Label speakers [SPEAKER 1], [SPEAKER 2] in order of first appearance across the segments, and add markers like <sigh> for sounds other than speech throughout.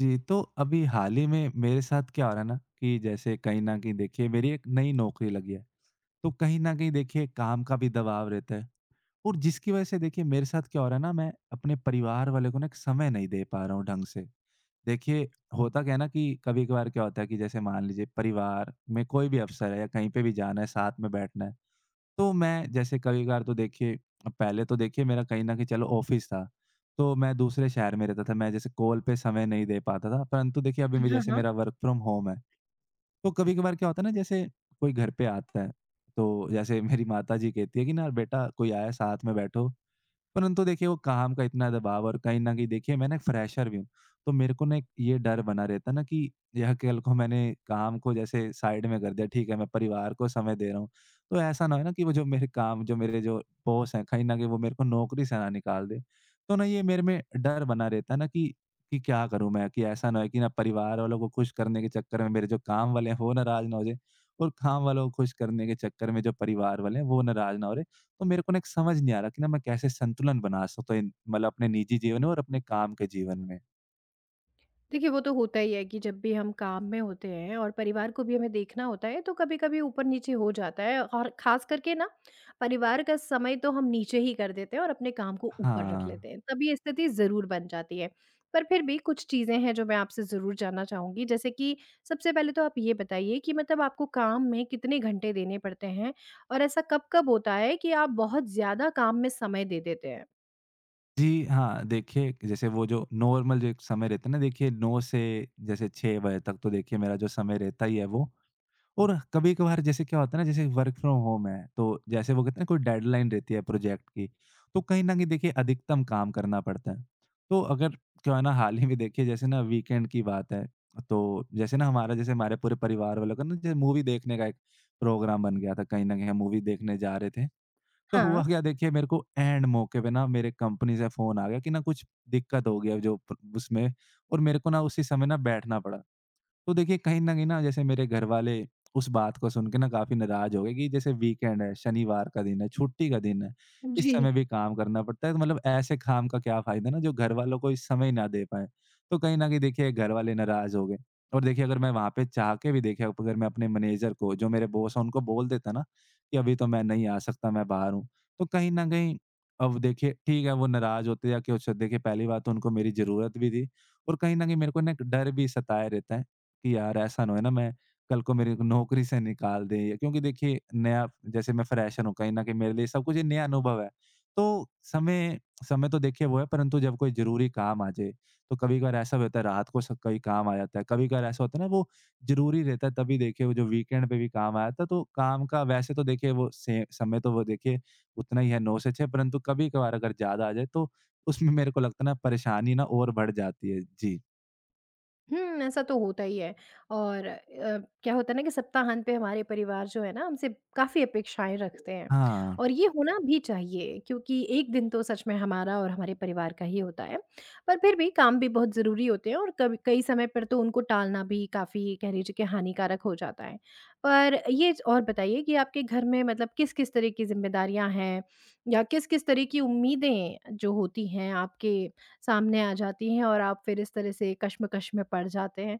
[SPEAKER 1] जी, तो अभी हाल ही में मेरे साथ क्या हो रहा है ना कि जैसे कहीं न कहीं देखिए मेरी एक नई नौकरी लगी है। तो कहीं न कहीं देखिए काम का भी दबाव रहता है और जिसकी वज़ह से देखिए मेरे साथ क्या हो रहा है ना, मैं अपने परिवार वाले को ना एक समय नहीं दे पा रहा हूँ ढंग से। देखिए, होता क्या है ना कि कभी-कभार क्या होता है कि जैसे मान लीजिए परिवार में कोई भी अवसर है या कहीं पे भी जाना है, साथ में बैठना है। तो मैं जैसे कभी-कभार तो देखिए, पहले तो देखिए मेरा कहीं न कहीं चलो ऑफ़िस था, तो मैं दूसरे शहर में रहता था, मैं जैसे कॉल पे समय नहीं दे पाता था, परंतु देखिए अभी मैं
[SPEAKER 2] हाँ,
[SPEAKER 1] जैसे
[SPEAKER 2] हाँ।
[SPEAKER 1] मेरा वर्क फ्रॉम होम है, तो कभी-कभार क्या होता है ना जैसे कोई घर पे आता है, तो जैसे मेरी माताजी कहती है कि ना बेटा कोई आया है साथ में बैठो। परंतु देखिए वो काम का इतना दबाव, और कहीं न कहीं देखिए मैं ना एक फ्रेशर भी हूँ, तो मेरे को ना एक ये डर बना रहता है ना कि यह कल को मैंने काम को जैसे साइड में कर दिया, ठीक है मैं परिवार को समय दे रहा हूँ। तो ऐसा ना हो ना कि वो जो मेरे काम, जो मेरे जो बॉस हैं, कहीं न कहीं वो मेरे को नौकरी से ना निकाल दें। तो ना ये मेरे में डर बना रहता है ना कि क्या करूँ मैं? कि ऐसा ना हो कि ना परिवार वालों को खुश करने के चक्कर में मेरे जो काम वाले हैं वो नाराज़ ना हो जाएँ, और काम वालों को खुश करने के चक्कर में जो परिवार वाले हैं वो नाराज़ ना हो रहे। तो मेरे को ना एक समझ नहीं आ रहा कि ना मैं कैसे संतुलन बना सकता हूँ मतलब अपने निजी जीवन में और अपने काम के जीवन में।
[SPEAKER 2] देखिए, वो तो होता ही है कि जब भी हम काम में होते हैं और परिवार को भी हमें देखना होता है, तो कभी-कभी ऊपर-नीचे हो जाता है और ख़ास करके ना, परिवार का समय तो हम नीचे ही कर देते हैं और अपने काम को ऊपर रख
[SPEAKER 1] हाँ।
[SPEAKER 2] लेते हैं, तब ये स्थिति ज़रूर बन जाती है। पर फिर भी कुछ चीज़ें हैं जो मैं आपसे ज़रूर जानना चाहूँगी, जैसे कि सबसे पहले तो आप ये बताइए कि मतलब आपको काम में कितने घंटे देने पड़ते हैं? और ऐसा कब-कब होता है कि आप बहुत ज़्यादा काम में समय दे देते हैं?
[SPEAKER 1] जी हाँ, देखिए जैसे वो जो नॉर्मल जो एक समय रहता है ना, देखिए 9 से जैसे 6 बजे तक, तो देखिए मेरा जो समय रहता ही है वो। और कभी-कभार जैसे क्या होता है ना, जैसे वर्क फ्रॉम होम है, तो जैसे वो कहते हैं ना कोई डेडलाइन रहती है प्रोजेक्ट की, तो कहीं न कहीं देखिए अधिकतम काम करना पड़ता है। तो अगर क्या है ना, हाल ही में देखिए जैसे ना वीकेंड की बात है, तो जैसे ना हमारा जैसे हमारे पूरे परिवार वालों का ना जैसे मूवी देखने का एक प्रोग्राम बन गया था, कहीं न कहीं हम मूवी देखने जा रहे थे। तो हुआ
[SPEAKER 2] हाँ।
[SPEAKER 1] क्या देखिए, मेरे को एंड मौके पे ना मेरे कंपनी से फ़ोन आ गया कि ना कुछ दिक्कत हो गई है जो प उसमें, और मेरे को ना उसी समय ना बैठना पड़ा। तो देखिए कहीं न कहीं ना जैसे मेरे घर वाले उस बात को सुन के ना काफ़ी नाराज़ हो गए कि जैसे वीकेंड है, शनिवार का दिन है, छुट्टी का दिन है, इस
[SPEAKER 2] जी।
[SPEAKER 1] समय भी काम करना पड़ता है, तो मतलब ऐसे काम का क्या फ़ायदा ना जो घर वालों को इस समय ही ना दे पाएँ। तो कहीं न कहीं देखिए घर वाले नाराज़ हो गए, और देखिए अगर मैं वहाँ पे चाह के भी, देखिए अब अगर मैं अपने मैनेजर को जो मेरे बॉस हैं उनको बोल देता ना कि अभी तो मैं नहीं आ सकता, मैं बाहर हूँ, तो कहीं न कहीं, अब देखिए ठीक है वो नाराज़ होते या कुछ, देखिए पहली बात तो उनको मेरी ज़रूरत भी थी, और कहीं न कहीं मेरे को ना एक डर भी सताए रहता है कि यार ऐसा ना हो, है ना, मैं, कल को मेरी नौकरी से निकाल दें, या क्योंकि देखिए नया, जैसे मैं फ्रेशर हूँ, कहीं न कहीं मेरे लिए सब कुछ ही नया अनुभव है। तो समय समय तो देखिए वो है, परंतु जब कोई ज़रूरी काम आ जाए, तो कभी-कभार ऐसा भी होता है रात को स कोई काम आ जाता है। कभी-कभार ऐसा होता है ना वो ज़रूरी रहता है, तभी देखिए वो जो वीकेंड पे भी काम आया था, तो काम का वैसे तो देखिए वो से समय तो वो देखिए उतना ही है, 9 से 6, परंतु कभी-कभार अगर ज़्यादा आ जाए तो उसमें मेरे को लगता है ना परेशानी ना और बढ़ जाती है। जी।
[SPEAKER 2] हुँ, ऐसा तो होता ही है और क्या होता है ना कि सप्ताहांत पे हमारे परिवार जो है ना हमसे काफ़ी अपेक्षाएँ रखते हैं
[SPEAKER 1] हाँ।
[SPEAKER 2] और ये होना भी चाहिए क्योंकि एक दिन तो सच में हमारा और हमारे परिवार का ही होता है। पर फिर भी काम भी बहुत ज़रूरी होते हैं और कभी कई समय पर तो उनको टालना भी काफ़ी कह लीजिए कि हानिकारक हो जाता है। पर ये और बताइए कि आपके घर में मतलब किस-किस तरह की ज़िम्मेदारियाँ हैं या किस-किस तरह की उम्मीदें जो होती हैं आपके सामने आ जाती हैं और आप फिर इस तरह से कश्मकश में पड़ जाते हैं।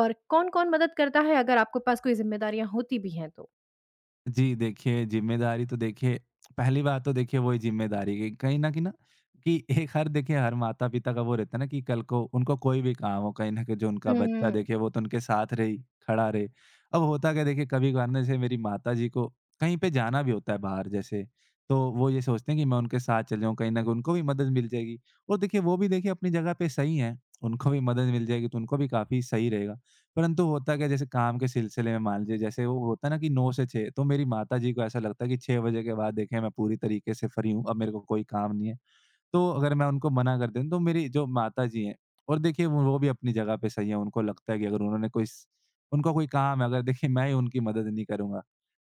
[SPEAKER 2] और कौन-कौन मदद करता है अगर आपके पास कोई ज़िम्मेदारियाँ होती भी हैं तो?
[SPEAKER 1] जी, देखिए ज़िम्मेदारी तो देखिए, पहली बात तो देखिए वही ज़िम्मेदारी की कहीं न कहीं ना कि एक हर, देखिए हर माता-पिता का वो रहता है ना कि कल को उनको कोई भी काम हो, कहीं न कहीं जो उनका बच्चा,
[SPEAKER 2] हुँ,
[SPEAKER 1] देखिए वो तो उनके साथ रहे, खड़ा रहे। अब होता क्या है देखिए, कभी-कभार ना जैसे मेरी माताजी को कहीं पे जाना भी होता है बाहर जैसे, तो वो ये सोचते हैं कि मैं उनके साथ चल जाऊँ, कहीं न कहीं उनको भी मदद मिल जाएगी। और देखिए वो भी देखिए अपनी जगह पे सही हैं, उनको भी मदद मिल जाएगी तो उनको भी काफ़ी सही रहेगा। परंतु होता क्या है, जैसे काम के सिलसिले में मान लीजिए जैसे वो होता है ना कि 9 से 6, तो मेरी माताजी को ऐसा लगता है कि 6 बजे के बाद देखिए मैं पूरी तरीके से फ्री हूँ, अब मेरे को कोई काम नहीं है। तो अगर मैं उनको मना कर दूँ तो मेरी जो माताजी हैं, और देखिए वो भी अपनी जगह पे सही है, उनको लगता है कि अगर उन्होंने कोई स उनका कोई काम है, अगर देखिए मैं ही उनकी मदद नहीं करूँगा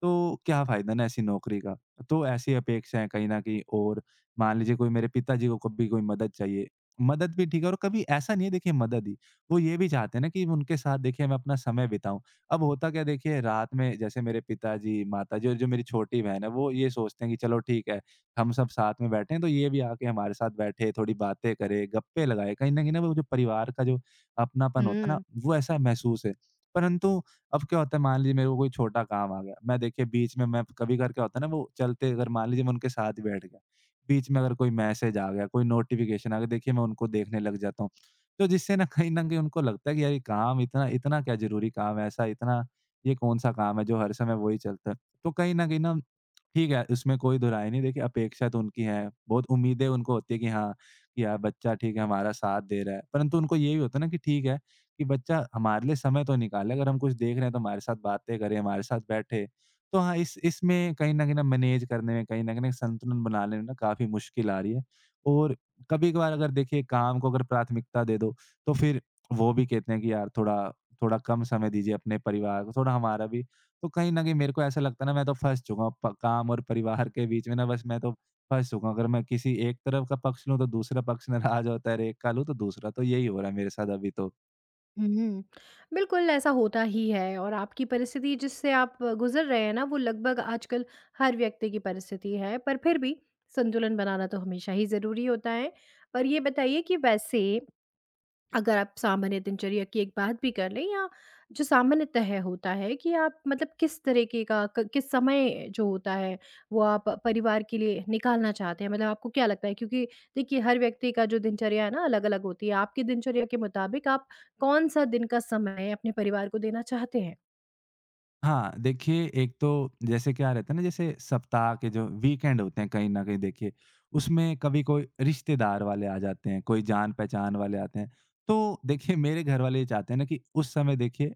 [SPEAKER 1] तो क्या फ़ायदा ना ऐसी नौकरी का? तो ऐसी अपेक्षाएँ कहीं न कहीं, और मान लीजिए कोई, मेरे पिताजी को कभी कोई मदद चाहिए, मदद भी ठीक है और कभी ऐसा नहीं है देखिए मदद ही, वो ये भी चाहते हैं ना कि उनके साथ देखिए मैं अपना समय बिताऊँ। अब होता क्या है देखिए, रात में जैसे मेरे पिताजी, माताजी और जो मेरी छोटी बहन है, वो ये सोचते हैं कि चलो ठीक है, हम सब साथ में बैठे हैं, तो ये भी आके हमारे साथ बैठे, थोड़ी बातें करे, गप्पे लगाए। कहीं न कहीं ना वो जो परिवार का जो अपनापन होता है ना,
[SPEAKER 2] हुँ।
[SPEAKER 1] वो ऐसा महसूस है। परंतु अब क्या होता है, मान लीजिए मेरे को कोई छोटा काम आ गया, मैं देखिए बीच में, मैं कभी-कभार क्या होता है ना वो चलते, अगर मान लीजिए मैं उनके साथ ही बैठ गया, बीच में अगर कोई मैसेज आ गया, कोई नोटिफ़िकेशन आ गया, देखिए मैं उनको देखने लग जाता हूँ। तो जिससे ना कहीं न कहीं उनको लगता है कि यार ये काम इतना, इतना क्या ज़रूरी काम है ऐसा इतना, ये कौन-सा काम है जो हर समय वही चलता है। तो कहीं न कहीं ना, ठीक है, इसमें कोई दोहराय नहीं, देखिए अपेक्षा तो उनकी है, बहुत उम्मीदें उनको होती है कि हाँ, कि यार बच्चा ठीक है हमारा साथ दे रहा है। परंतु उनको ये भी होता है ना कि ठीक है, कि बच्चा हमारे लिए समय तो निकाले, अगर हम कुछ देख रहे हैं तो हमारे साथ बातें करे, हमारे साथ बैठे। तो हाँ, इस इसमें कहीं न कहीं ना मैनेज करने में, कहीं न कहीं ना संतुलन बनाने में ना काफ़ी मुश्किल आ रही है। और कभी-कभार अगर देखिए काम को अगर प्राथमिकता दे दो, तो फिर वो भी कहते हैं कि यार थोड़ा, कम समय दीजिए अपने परिवार को, थोड़ा हमारा भी। तो कहीं न कहीं मेरे को ऐसा लगता है ना, मैं तो फँस चुका हूँ प काम और परिवार के बीच में ना, बस मैं तो फँस चुका हूँ। अगर मैं किसी एक तरफ का पक्ष लूँ तो दूसरा पक्ष नाराज़ होता है, और एक का लूँ तो दूसरा, तो यही हो रहा है मेरे साथ अभी तो।
[SPEAKER 2] हुँ, बिल्कुल ऐसा होता ही है और आपकी परिस्थिति जिससे आप गुज़र रहे हैं ना वो लगभग आजकल हर व्यक्ति की परिस्थिति है, पर फिर भी संतुलन बनाना तो हमेशा ही ज़रूरी होता है। और ये बताइए कि वैसे अगर आप सामान्य दिनचर्या की एक बात भी कर लें या जो सामान्यतः होता है कि आप मतलब किस तरीके का किस समय जो होता है वो आप परिवार के लिए निकालना चाहते हैं, मतलब आपको क्या लगता है, क्योंकि देखिए हर व्यक्ति का जो दिनचर्या है ना अलग अलग होती है, आपकी दिनचर्या के मुताबिक आप कौन सा दिन का समय अपने परिवार को देना चाहते हैं?
[SPEAKER 1] हाँ, देखिए एक तो जैसे क्या रहता है ना, जैसे सप्ताह के जो वीकेंड होते हैं कहीं न कहीं देखिए, उसमें कभी कोई रिश्तेदार वाले आ जाते हैं, कोई जान-पहचान वाले आते हैं। तो देखिए मेरे घर वाले ये चाहते हैं ना कि उस समय देखिए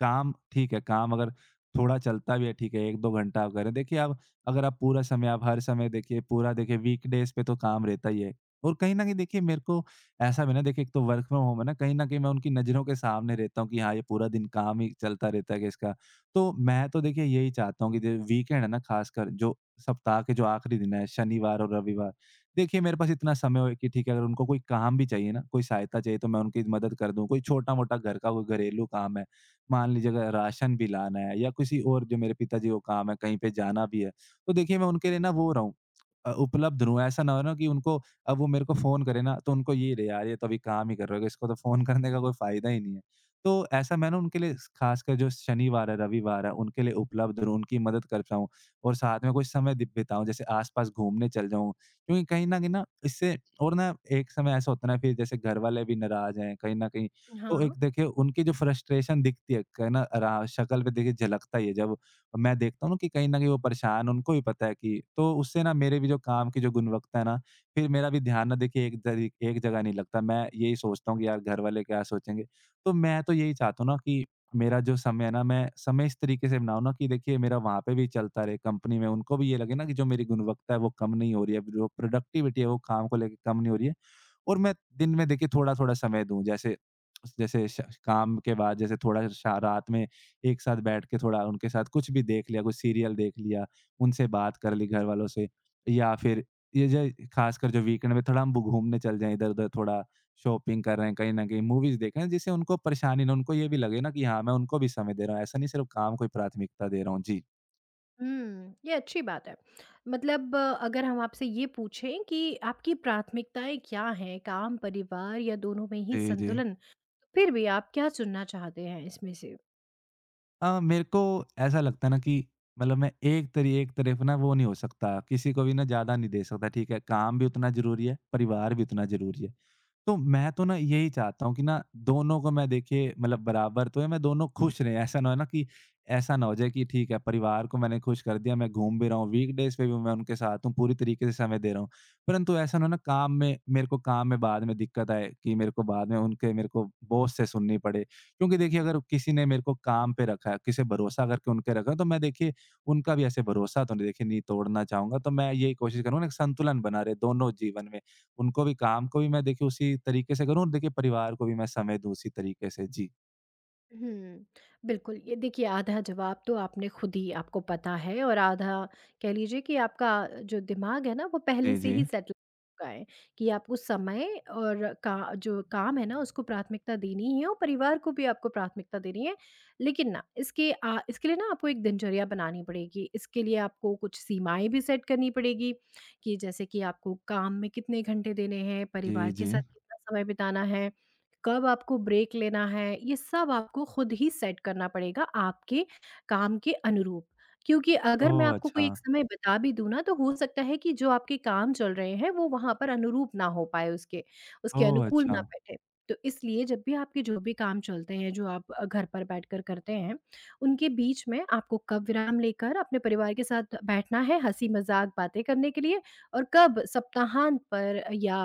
[SPEAKER 1] काम ठीक है, काम अगर थोड़ा चलता भी है ठीक है, 1-2 घंटा आप करें। देखिए आप, अगर आप पूरा समय आप हर समय, देखिए पूरा देखिए वीकडेज़ पे तो काम रहता ही है। और कहीं न कहीं देखिए मेरे को ऐसा भी ना, देखिए एक तो वर्क फ्रॉम होम है ना, कहीं न कहीं मैं उनकी नज़रों के सामने रहता हूँ कि हाँ, ये पूरा दिन काम ही चलता रहता है कि इसका। तो मैं तो देखिए यही चाहता हूँ कि जो वीकेंड है ना, ख़ासकर जो सप्ताह के जो आखिरी दिन है, शनिवार और रविवार, देखिए मेरे पास इतना समय हो कि ठीक है अगर उनको कोई काम भी चाहिए ना, कोई सहायता चाहिए, तो मैं उनकी मदद कर दूँ। कोई छोटा-मोटा घर का कोई घरेलू काम है, मान लीजिए अगर राशन भी लाना है, या किसी और जो मेरे पिताजी को काम है, कहीं पे जाना भी है, तो देखिए मैं उनके लिए ना वो हो रहा हूँ, उपलब्ध रहूँ। ऐसा ना हो ना कि उनको अब वो मेरे को फ़ोन करे ना तो उनको ये रहे यार ये तो अभी काम ही कर रहा होगा, इसको तो फ़ोन <laughs> करने का कोई फ़ायदा ही नहीं है। तो ऐसा मैं ना उनके लिए स ख़ासकर जो शनिवार है, रविवार है उनके लिए उपलब्ध रहूँ, उनकी मदद कर पाऊँ और साथ में कुछ समय दि बिताऊँ, जैसे आस-पास घूमने चल जाऊँ। क्योंकि कहीं न कहीं ना इससे और ना एक समय ऐसा होता है ना, फिर जैसे घरवाले भी नाराज़ हैं कहीं न कहीं। तो
[SPEAKER 2] हाँ,
[SPEAKER 1] एक देखिए उनकी जो फ्रस्ट्रेशन दिखती है क ना रा शक्ल पे देखिए झलकता ही है, जब मैं देखता हूँ ना कि कहीं न कहीं वो परेशान, उनको भी पता है कि तो उससे ना मेरे भी जो काम की जो गुणवत्ता है ना, फिर मेरा भी ध्यान ना देखिए एक जगह नहीं लगता। मैं यही सोचता हूँ कि यार घरवाले क्या सोचेंगे? तो मैं तो यही चाहता हूँ ना कि मेरा जो समय है ना, मैं समय इस तरीके से बनाऊँ ना कि देखिए मेरा वहाँ पे भी चलता रहे कंपनी में, उनको भी ये लगे ना कि जो मेरी गुणवत्ता है वो कम नहीं हो रही है, जो प्रोडक्टिविटी है वो काम को लेके कम नहीं हो रही है। और मैं दिन में देखिए थोड़ा-थोड़ा समय दूँ, जैसे जैसे श काम के बाद, जैसे थोड़ा श रात में एक साथ बैठ के थोड़ा उनके साथ कुछ भी देख लिया, कुछ सीरियल देख लिया, उनसे बात कर ली घर वालों से, या फिर ये जो खासकर जो वीकेंड में थोड़ा हम बु घूमने चल जाएँ इधर-उधर, थोड़ा शॉपिंग कर रहे हैं, कहीं न कहीं मूवीज़ देख रहे हैं, जिससे उनको परेशानी ना हो, उनको ये भी लगे ना कि हाँ, मैं उनको भी समय दे रहा हूँ, ऐसा नहीं सिर्फ़ काम को ही प्राथमिकता दे रहा हूँ। जी।
[SPEAKER 2] हम्म, ये अच्छी बात है। मतलब अगर हम आपसे ये पूछें कि आपकी प्राथमिकताएं क्या हैं, काम, परिवार या दोनों में ही
[SPEAKER 1] जी, जी।
[SPEAKER 2] संतुलन, फिर भी आप क्या चुनना चाहते हैं इसमें से?
[SPEAKER 1] मेरे को ऐसा लगता है ना कि मतलब मैं एक तरफ ना वो नहीं हो सकता, किसी को भी ना ज़्यादा नहीं दे सकता, ठीक है? काम भी उतना ज़रूरी है, परिवार भी उतना ज़रूरी है। तो मैं तो ना यही चाहता हूँ कि ना दोनों को मैं देखिए मतलब बराबर तो है, मैं दोनों खुश रहें। ऐसा ना हो जाए कि ठीक है परिवार को मैंने खुश कर दिया, मैं घूम भी रहा हूँ, वीकडेज पे भी मैं उनके साथ हूँ, पूरी तरीके से समय दे रहा हूँ, परंतु ऐसा ना हो ना काम में, मेरे को काम में बाद में दिक्कत आए कि मेरे को बाद में उनके मेरे को बॉस से सुननी पड़े। क्योंकि देखिए अगर किसी ने मेरे को काम पे रखा है, किसी भरोसा करके उनके रखा है, तो मैं देखिए उनका भी ऐसे भरोसा तो नहीं देखिए नहीं तोड़ना चाहूंगा, तो मैं यही कोशिश करूंगा ना कि संतुलन बना रहे दोनों जीवन में, उनको भी काम को भी मैं देखिए उसी तरीके से करूँ और देखिए परिवार को भी मैं समय दूँ उसी तरीके से। जी।
[SPEAKER 2] हुँ। बिल्कुल, ये देखिए आधा जवाब तो आपने खुद ही आपको पता है और आधा कह लीजिए कि आपका जो दिमाग है ना वो पहले
[SPEAKER 1] जी,
[SPEAKER 2] से
[SPEAKER 1] जी।
[SPEAKER 2] ही सेटल चुका है कि आपको समय और का जो काम है ना उसको प्राथमिकता देनी ही है और परिवार को भी आपको प्राथमिकता देनी है। लेकिन ना इसके लिए ना आपको एक दिनचर्या बनानी पड़ेगी। इसके लिए आपको कुछ सीमाएँ भी सेट करनी पड़ेगी कि जैसे कि आपको काम में कितने घंटे देने हैं,
[SPEAKER 1] जी,
[SPEAKER 2] परिवार
[SPEAKER 1] जी।
[SPEAKER 2] के साथ कितना समय बिताना है। कब आपको ब्रेक लेना है, ये सब आपको खुद ही सेट करना पड़ेगा आपके काम के अनुरूप। क्योंकि अगर मैं
[SPEAKER 1] ओह!
[SPEAKER 2] आपको
[SPEAKER 1] अच्छा।
[SPEAKER 2] कोई एक समय बता भी दूँ ना, तो हो सकता है कि जो आपके काम चल रहे हैं, वो वहाँ पर अनुरूप ना हो पाए, उसके उसके
[SPEAKER 1] ओह!
[SPEAKER 2] अनुकूल
[SPEAKER 1] अच्छा।
[SPEAKER 2] ना बैठे। तो इसलिए जब भी आपके जो भी काम चलते हैं, जो आप घर पर बैठकर करते हैं, उनके बीच में आपको कब विराम लेकर अपने परिवार के साथ बैठना है, हँसी-मज़ाक बातें करने के लिए, और कब सप्ताहांत पर या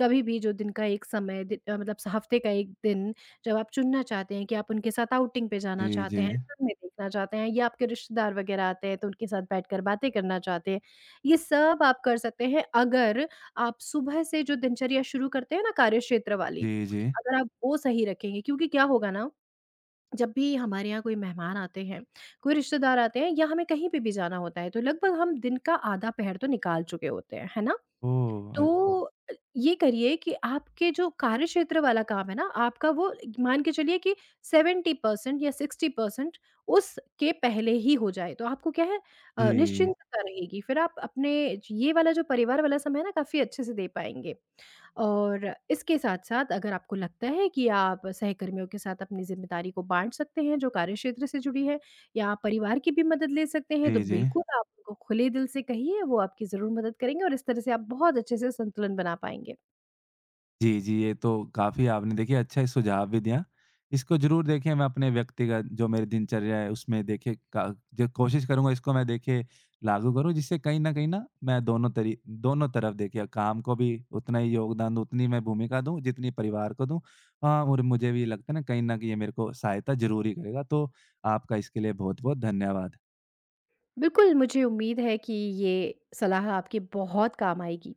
[SPEAKER 2] कभी भी जो दिन का एक समय मतलब स हफ़्ते का 1 दिन जब आप चुनना चाहते हैं कि आप उनके साथ आउटिंग पे जाना
[SPEAKER 1] जी, जी।
[SPEAKER 2] चाहते हैं, फ़िल्में देखना चाहते हैं या आपके रिश्तेदार वग़ैरह आते हैं तो उनके साथ बैठकर बातें करना चाहते हैं। ये सब आप कर सकते हैं अगर आप सुबह से जो दिनचर्या शुरू करते हैं ना कार्यक्षेत्र वाली,
[SPEAKER 1] जी, जी।
[SPEAKER 2] अगर आप वो सही रखेंगे, क्योंकि क्या होगा ना, जब भी हमारे यहाँ कोई मेहमान आते हैं, कोई रिश्तेदार आते हैं या हमें कहीं पे भी जाना होता है तो लगभग हम दिन का आधा पहर तो निकाल चुके होते हैं, है ना?
[SPEAKER 1] ओह! अच्छा।
[SPEAKER 2] तो ये करिए कि आपके जो कार्यक्षेत्र वाला काम है ना, आपका वो मान के चलिए कि 70% या 60% उसके पहले ही हो जाए, तो आपको क्या है,
[SPEAKER 1] जी।
[SPEAKER 2] निश्चिंतता रहेगी। फिर आप अपने ये वाला जो परिवार वाला समय है ना, काफ़ी अच्छे से दे पाएँगे। और इसके साथ-साथ अगर आपको लगता है कि आप सहकर्मियों के साथ अपनी ज़िम्मेदारी को बाँट सकते हैं, जो कार्यक्षेत्र से जुड़ी है। या आप परिवार की भी मदद ले सकते हैं, तो
[SPEAKER 1] जी, जी।
[SPEAKER 2] बिल्कुल आप उनको खुले दिल से कहिए, वो आपकी ज़रूर मदद करेंगे और इस तरह से आप बहुत अच्छे से संतुलन बना पाएँगे।
[SPEAKER 1] जी, जी। ये तो काफ़ी आपने देखिए अच्छा ही सुझाव भी दिया। इसको ज़रूर देखिए मैं अपने व्यक्तिगत जो मेरी दिनचर्या है उसमें देखिए का जो कोशिश करूँगा इसको मैं देखिए लागू करूँ, जिससे कहीं न कहीं ना मैं दोनों तरफ देखिए काम को भी उतना ही योगदान दूँ, उतनी मैं भूमिका दूँ जितनी परिवार को दूँ। हाँ, और मुझे भी लगता है ना कहीं न कहीं ये मेरे को सहायता ज़रूर ही करेगा। तो आपका इसके लिए बहुत-बहुत धन्यवाद।
[SPEAKER 2] बिल्कुल, मुझे उम्मीद है कि ये सलाह आपके बहुत काम आएगी।